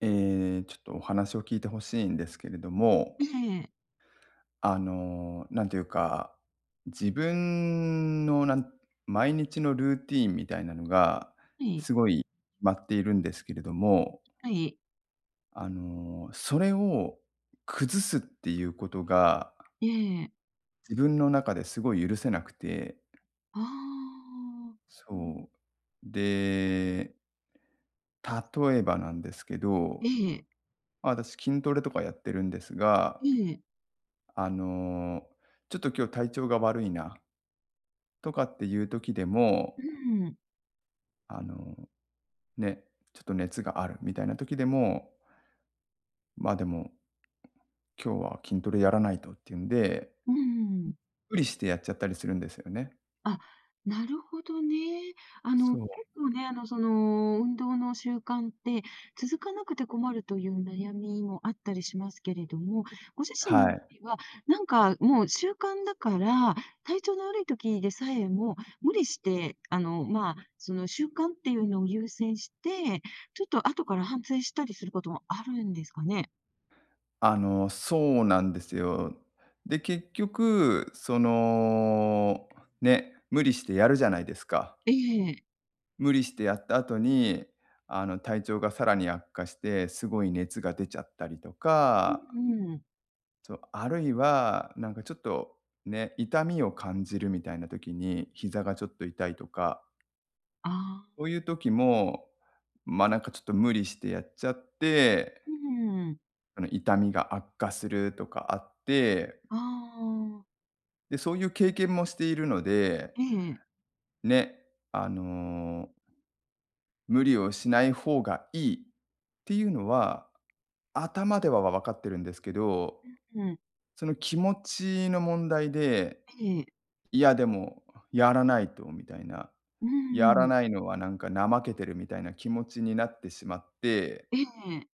ちょっとお話を聞いてほしいんですけれども、ええ、なんていうか、自分のなん毎日のルーティンみたいなのが、はい、すごい決まっているんですけれども、はい、それを崩すっていうことが、ええ、自分の中ですごい許せなくて、ああ、そう。で、例えばなんですけど、ええ、ま、私筋トレとかやってるんですが、ええ、あの、ちょっと今日体調が悪いなとかっていう時でうも、ん、あの、ね、ちょっと熱があるみたいな時でも、まあ、でも、今日は筋トレやらないとっていうんで、うん。無理してやっちゃったりするんですよね。あ、なるほどね。そ結う。構ね、運動の習慣って続かなくて困るという悩みもあったりしますけれども、ご自身のは場い。合は、なんかもう習慣だから、体調の悪い時でさえも無理して、まあ、その習慣っていうのを優先して、ちょっと後から反省したりすることもあるんですかね？そうなんですよ。で、結局、その、ね、無理してやるじゃないですか。ええ。無理してやった後に、体調がさらに悪化して、すごい熱が出ちゃったりとうか。んうん。そう、あるいは、なんかちょっとね、痛みを感じるみたいな時に、膝がちょっと痛いとか、ああ、そういう時も、ま、なんかちょっと無理してやっちゃって、うん。痛みが悪化するとかあって、ああ、で、そういう経験もしているので、ええ、ね、あの、無理をしない方がいいっていうのは、頭ではわかってるんですけど、うん、その気持ちの問題で、ええ。いや、でも、やらないとみたいな。うーやらん、ないのはなんか怠けてるみたいな気持ちになってしまって、ええ。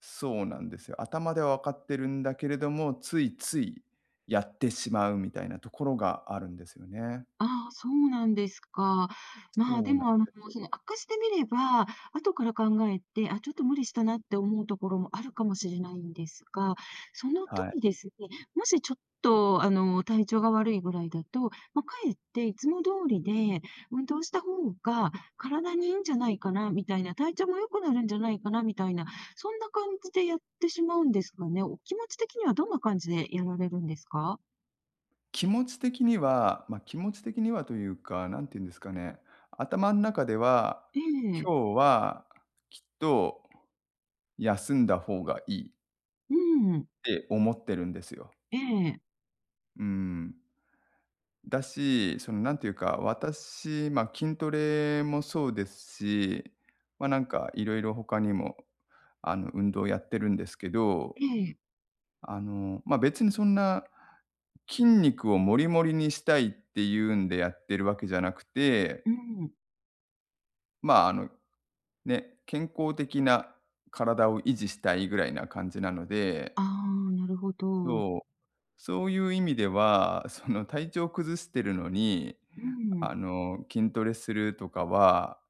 そうなんですよ。頭では分かってるんだけれども、ついついやってしまうみたいなところがあるんですよね。ああ、そうなんですか。まあ、そうなでんでも、すよ。悪化してみれば、後から考えて、あ、ちょっと無理したなって思うところもあるかもしれないんですが、そのはい。時ですね、もしちょっと、体調が悪いぐらいだと、ま、かえっていつも通りで運動した方が体にいいんじゃないかなみたいな、体調も良くなるんじゃないかなみたいな、そんな感じでやってしまうんですがね、お気持ち的にはどんな感じでやられるんですか？気持ち的には、まあ、気持ち的にはというか、なんて言うんですかね、頭の中では、ええ。今日はきっと休んだ方がいいうん。って思ってるんですよ。ええ、うーん。だし、そのなんていうか、私、ま、あ筋トレもそうですし、ま、あなんかいろいろ他にも、運動やってるんですけど、ええ、まあ、別にそんな、筋肉をモリモリにしたいっていうんでやってるわけじゃなくて、うん。ま、ね、健康的な体を維持したいぐらいな感じなので、ああ、なるほど。そう、そういう意味では、その体調崩してるのに、うん。筋トレするとかは、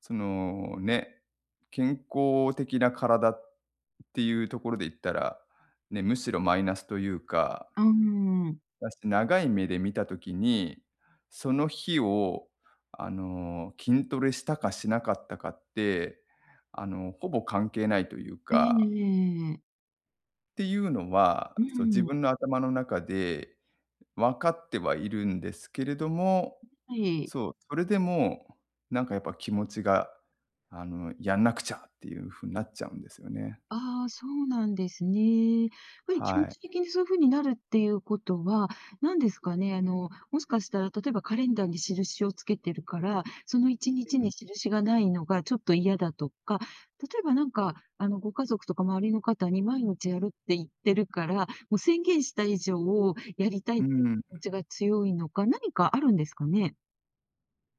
そのね、健康的な体っていうところで言ったら、ね、むしろマイナスというか、あ、うん。だし、長い目で見たときに、その日を、筋トレしたかしなかったかって、ほぼ関係ないというえか、え。っていうのは、うそう、自ん。分の頭の中で分かってはいるんですけれども、はい。そう、それでも、なんかやっぱ気持ちが、やんなくちゃっていう風になっちゃうんですよね。ああ、そうなんですね。やっぱり気は持い。ち的にそういう風になるっていうことは、何ですかね、もしかしたら例えばカレンダーに印をつけてるから、その1日に印がないのがちょっと嫌だとか、例えばなんか、ご家族とか周りの方に毎日やるって言ってるから、もう宣言した以上をやりたいっうていうん。気持ちが強いのか、何かあるんですかね？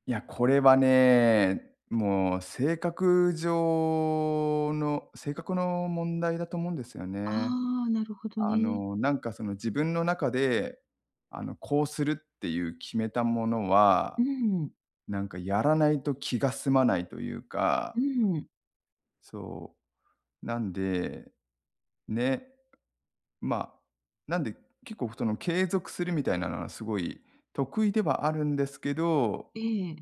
いや、これはね、もう性格の問題だと思うんですよね。ああ、なるほどね。なんかその自分の中で、こうするっていう決めたものうは、ん、なんかやらないと気が済まないというか、うん、そう、なんで、ね、まあ、なんで、結構その継続するみたいなのはすごい得意ではあるんですけど、ええ。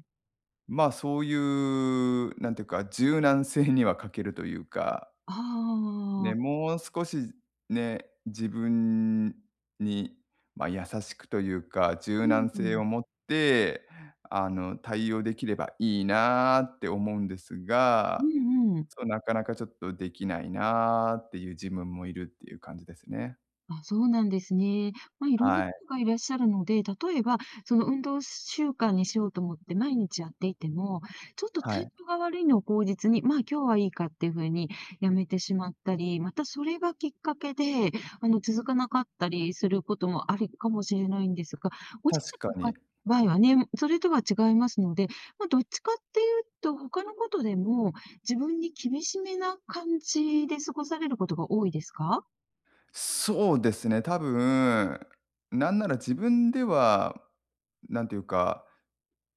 まあ、そういう、なんていうか、柔軟性には欠けるというか、あね、あ、もう少しね、自分に、まあ、優しくというか、う柔軟性ん。を持って、対応できればいいなーって思うんですうが、んうん。そう、なかなかちょっとできないなーっていう自分もいるっていう感じですね。あ、そうなんですね。まあ、いろんなはい。方がいらっしゃるので、例えば、その運動習慣にしようと思って毎日やっていても、ちょっとは体い。調が悪いのを口実に、まあ、今日はいいかっていうふうにやめてしまったり、またそれがきっかけで、続かなかったりすることもあるかもしれないんですが、ご自確か身のかに。場合はね、それとは違いますので、まあ、どっちかっていうと、他のことでも、自分に厳しめな感じで過ごされることが多いですか？そうですね、多分、なんなら自分では、なんていうか、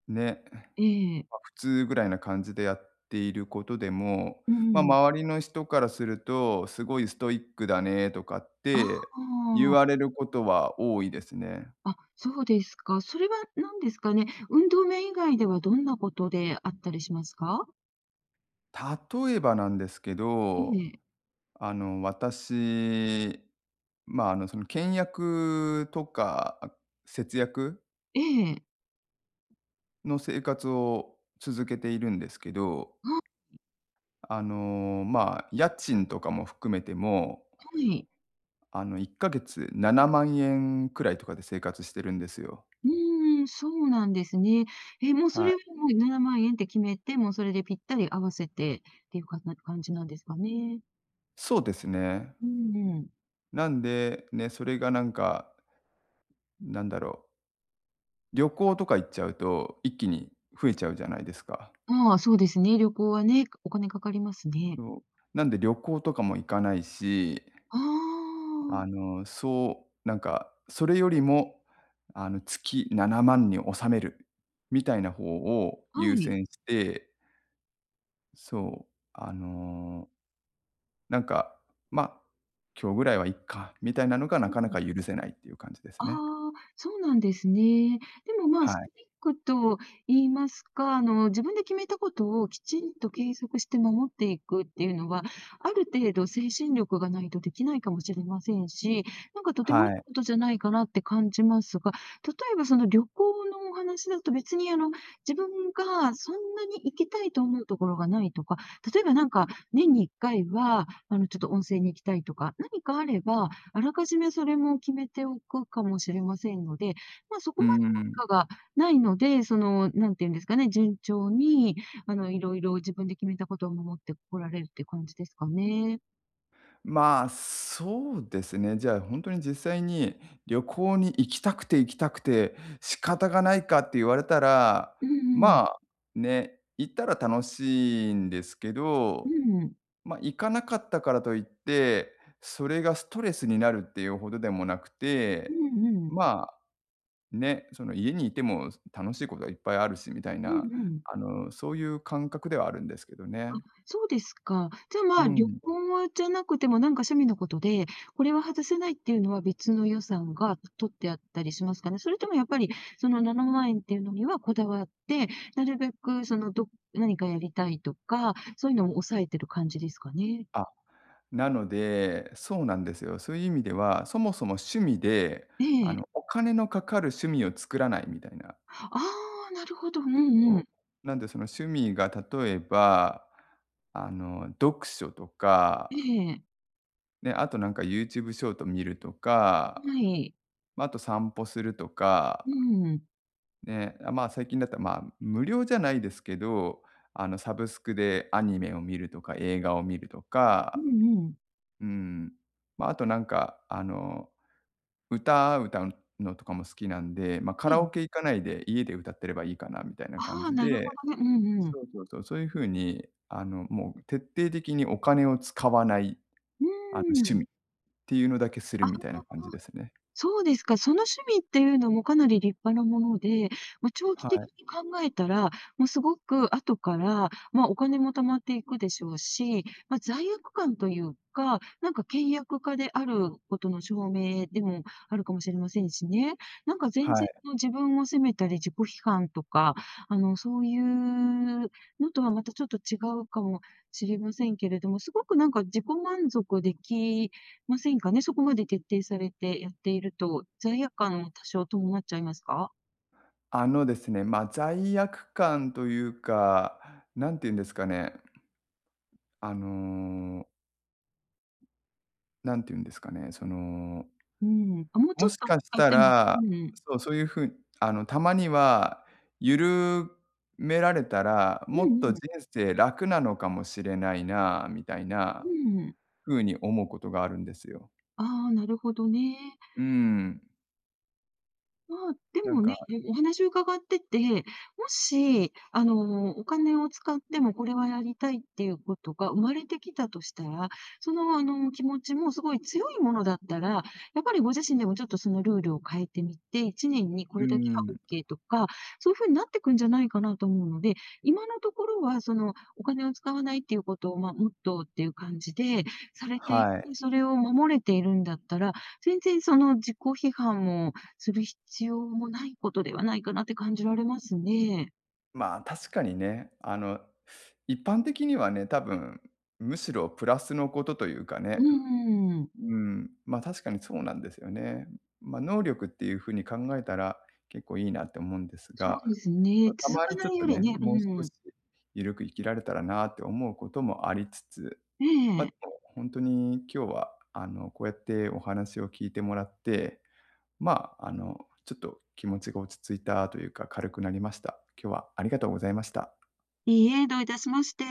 ね、ええ、ま、普通ぐらいな感じでやっていることでも、うまあ、ん、周りの人からすると、すごいストイックだねとかっあて言わあ、れることは多いですね。あ、そうですか。それは何ですかね。運動面以外ではどんなことであったりしますか？例えばなんですけえど、え、私、まあ、その倹約とか、あ、節約ええ。の生活を続けているんですけど、あ、はまあ、家賃とかも含めても、い。1ヶ月7万円くらいとかで生活してるんですよ。うーん、そうなんですね。え、もうそはれはい。もう7万円って決めて、もうそれでぴったり合わせてっていうかな感じなんですかね。そうですね。うんうん。なんで、ね、それがなんか、なんだろう、旅行とか行っちゃうと、一気に増えちゃうじゃないですか。ああ、そうですね。旅行はね、お金かかりますね。そう。なんで旅行とかも行かないし、ああ、そう、なんか、それよりも、月7万に収めるみたいな方をは優い。先して、そう、なんか、まあ、今日ぐらいはいっかみたいなのがなうかなかん。許せないっていう感じであすね。あ、そうなんですね。でも、まあ、はストい。イックと言いますか、自分で決めたことをきちんと継続して守っていくっていうのは、ある程度精神力がないとできないかもしれませんし、なんかとてもいはいい。ことじゃないかなって感じますが、例えばその旅行のお話だと別に自分がそんなに行きたいと思うところがないとか、例えばなんか年に1回は、ちょっと温泉に行きたいとか、何かあれば、あらかじめそれも決めておくかもしれませんので、まあ、そこうまでん。何かがないので、その、なんていうんですかね、順調に、いろいろ自分で決めたことを守ってこられるって感じですかね。まあ、そうですね。じゃあ、本当に実際に旅行に行きたくて行きたくて仕方がないかって言われたら、うんまうん。あ、ね、行ったら楽しいんですけうど、んうん。ま、行かなかったからといって、それがストレスになるっていうほどでもなくうて、んうん。まあ、ね、その家にいても楽しいことがいっぱいあるしみたいうな、んうん。そういう感覚ではあるんですけどあ、ね。そうですか。じゃあ、まうあ、旅ん。行じゃなくても、なんか趣味のことで、これは外せないっていうのは別の予算が取ってあったりしますかね？それともやっぱり、その7万円っていうのにはこだわって、なるべくその、何かやりたいとか、そういうのも抑えてる感じですかね？あなので、そうなんですよ。そういう意味では、そもそも趣味で、ええ。お金のかかる趣味を作らないみたいな。ああ、なるほど。うそんうん。う。なんでその趣味が例えば、読書とえか、え。ね、あとなんか YouTube ショート見るとはか、い。まあ、あと散歩するとか、うん。ね、あ、まあ、最近だったら、まあ、無料じゃないですけど、サブスクでアニメを見るとか、映画を見るとうか、んうん。うん。まあ、あとなんか、歌歌うのとかも好きなんで、まあ、カえラえ。オケ行かないで家で歌ってればいいかなみたいな感ああ、じなるほで、どね。うんうそん。うそうそう、そういう風に、もう徹底的にお金を使わない、う趣ーん。味っていうのだけするあ、みたいな感じですね。そうですか。その趣味っていうのもかなり立派なもので、まあ、長期は的い、に考えたら、もうすごく後から、まあ、お金も貯まっていくでしょうし、まあ、罪悪感というか、なんか倹約家であることの証明でもあるかもしれませんしね。なんか前は日い。の自分を責めたり自己批判とか、そういうのとはまたちょっと違うかもしれませんけれども、すごくなんか自己満足できませんかね、そこまで徹底されてやっていると、罪悪感も多少伴っちゃいますか？あのですね、まあ、罪悪感というか、なんて言うんですかね、あの、なんて言うんですかね、うん、あ、もうちもょっしとかしあ、たてもら、うん。そう、そういう風あの、たまには、緩められたら、うもっんうと人ん。生楽なのかもしれないな、みたいうなん。風に思うことがあるんですよ。ああ、なるほどね。うん。まあ、でなんもね、か、お話を伺ってて、もし、お金を使ってもこれはやりたいっていうことが生まれてきたとしたら、その、気持ちもすごい強いものだったら、やっぱりご自身でもちょっとそのルールを変えてみて、1年にこうれだけはオッん、ケーとか、そういう風になってくんじゃないかなと思うので、今のところはそのお金を使わないっていうことを、まあ、モットーっていう感じでされていて、はい。それを守れているんだったら、全然その自己批判もする必要もないことではないかなって感じられますね。まあ、確かにね、一般的にはね、多分、むしろプラスのことというかうね、ーん。うん、ま、確かにそうなんですよね。ま、能力っていう風に考えたら、結構いいなって思うんですそうが、ですね。また続まかにちなょっいよとりね、ね、もうう少ん。しゆるく生きられたらなって思うこともありつつ、えま、でえ。も本当に今日は、こうやってお話を聞いてもらって、ま、ちょっと気持ちが落ち着いたというか、軽くなりました。今日はありがとうございました。いいえ、どういたしまして。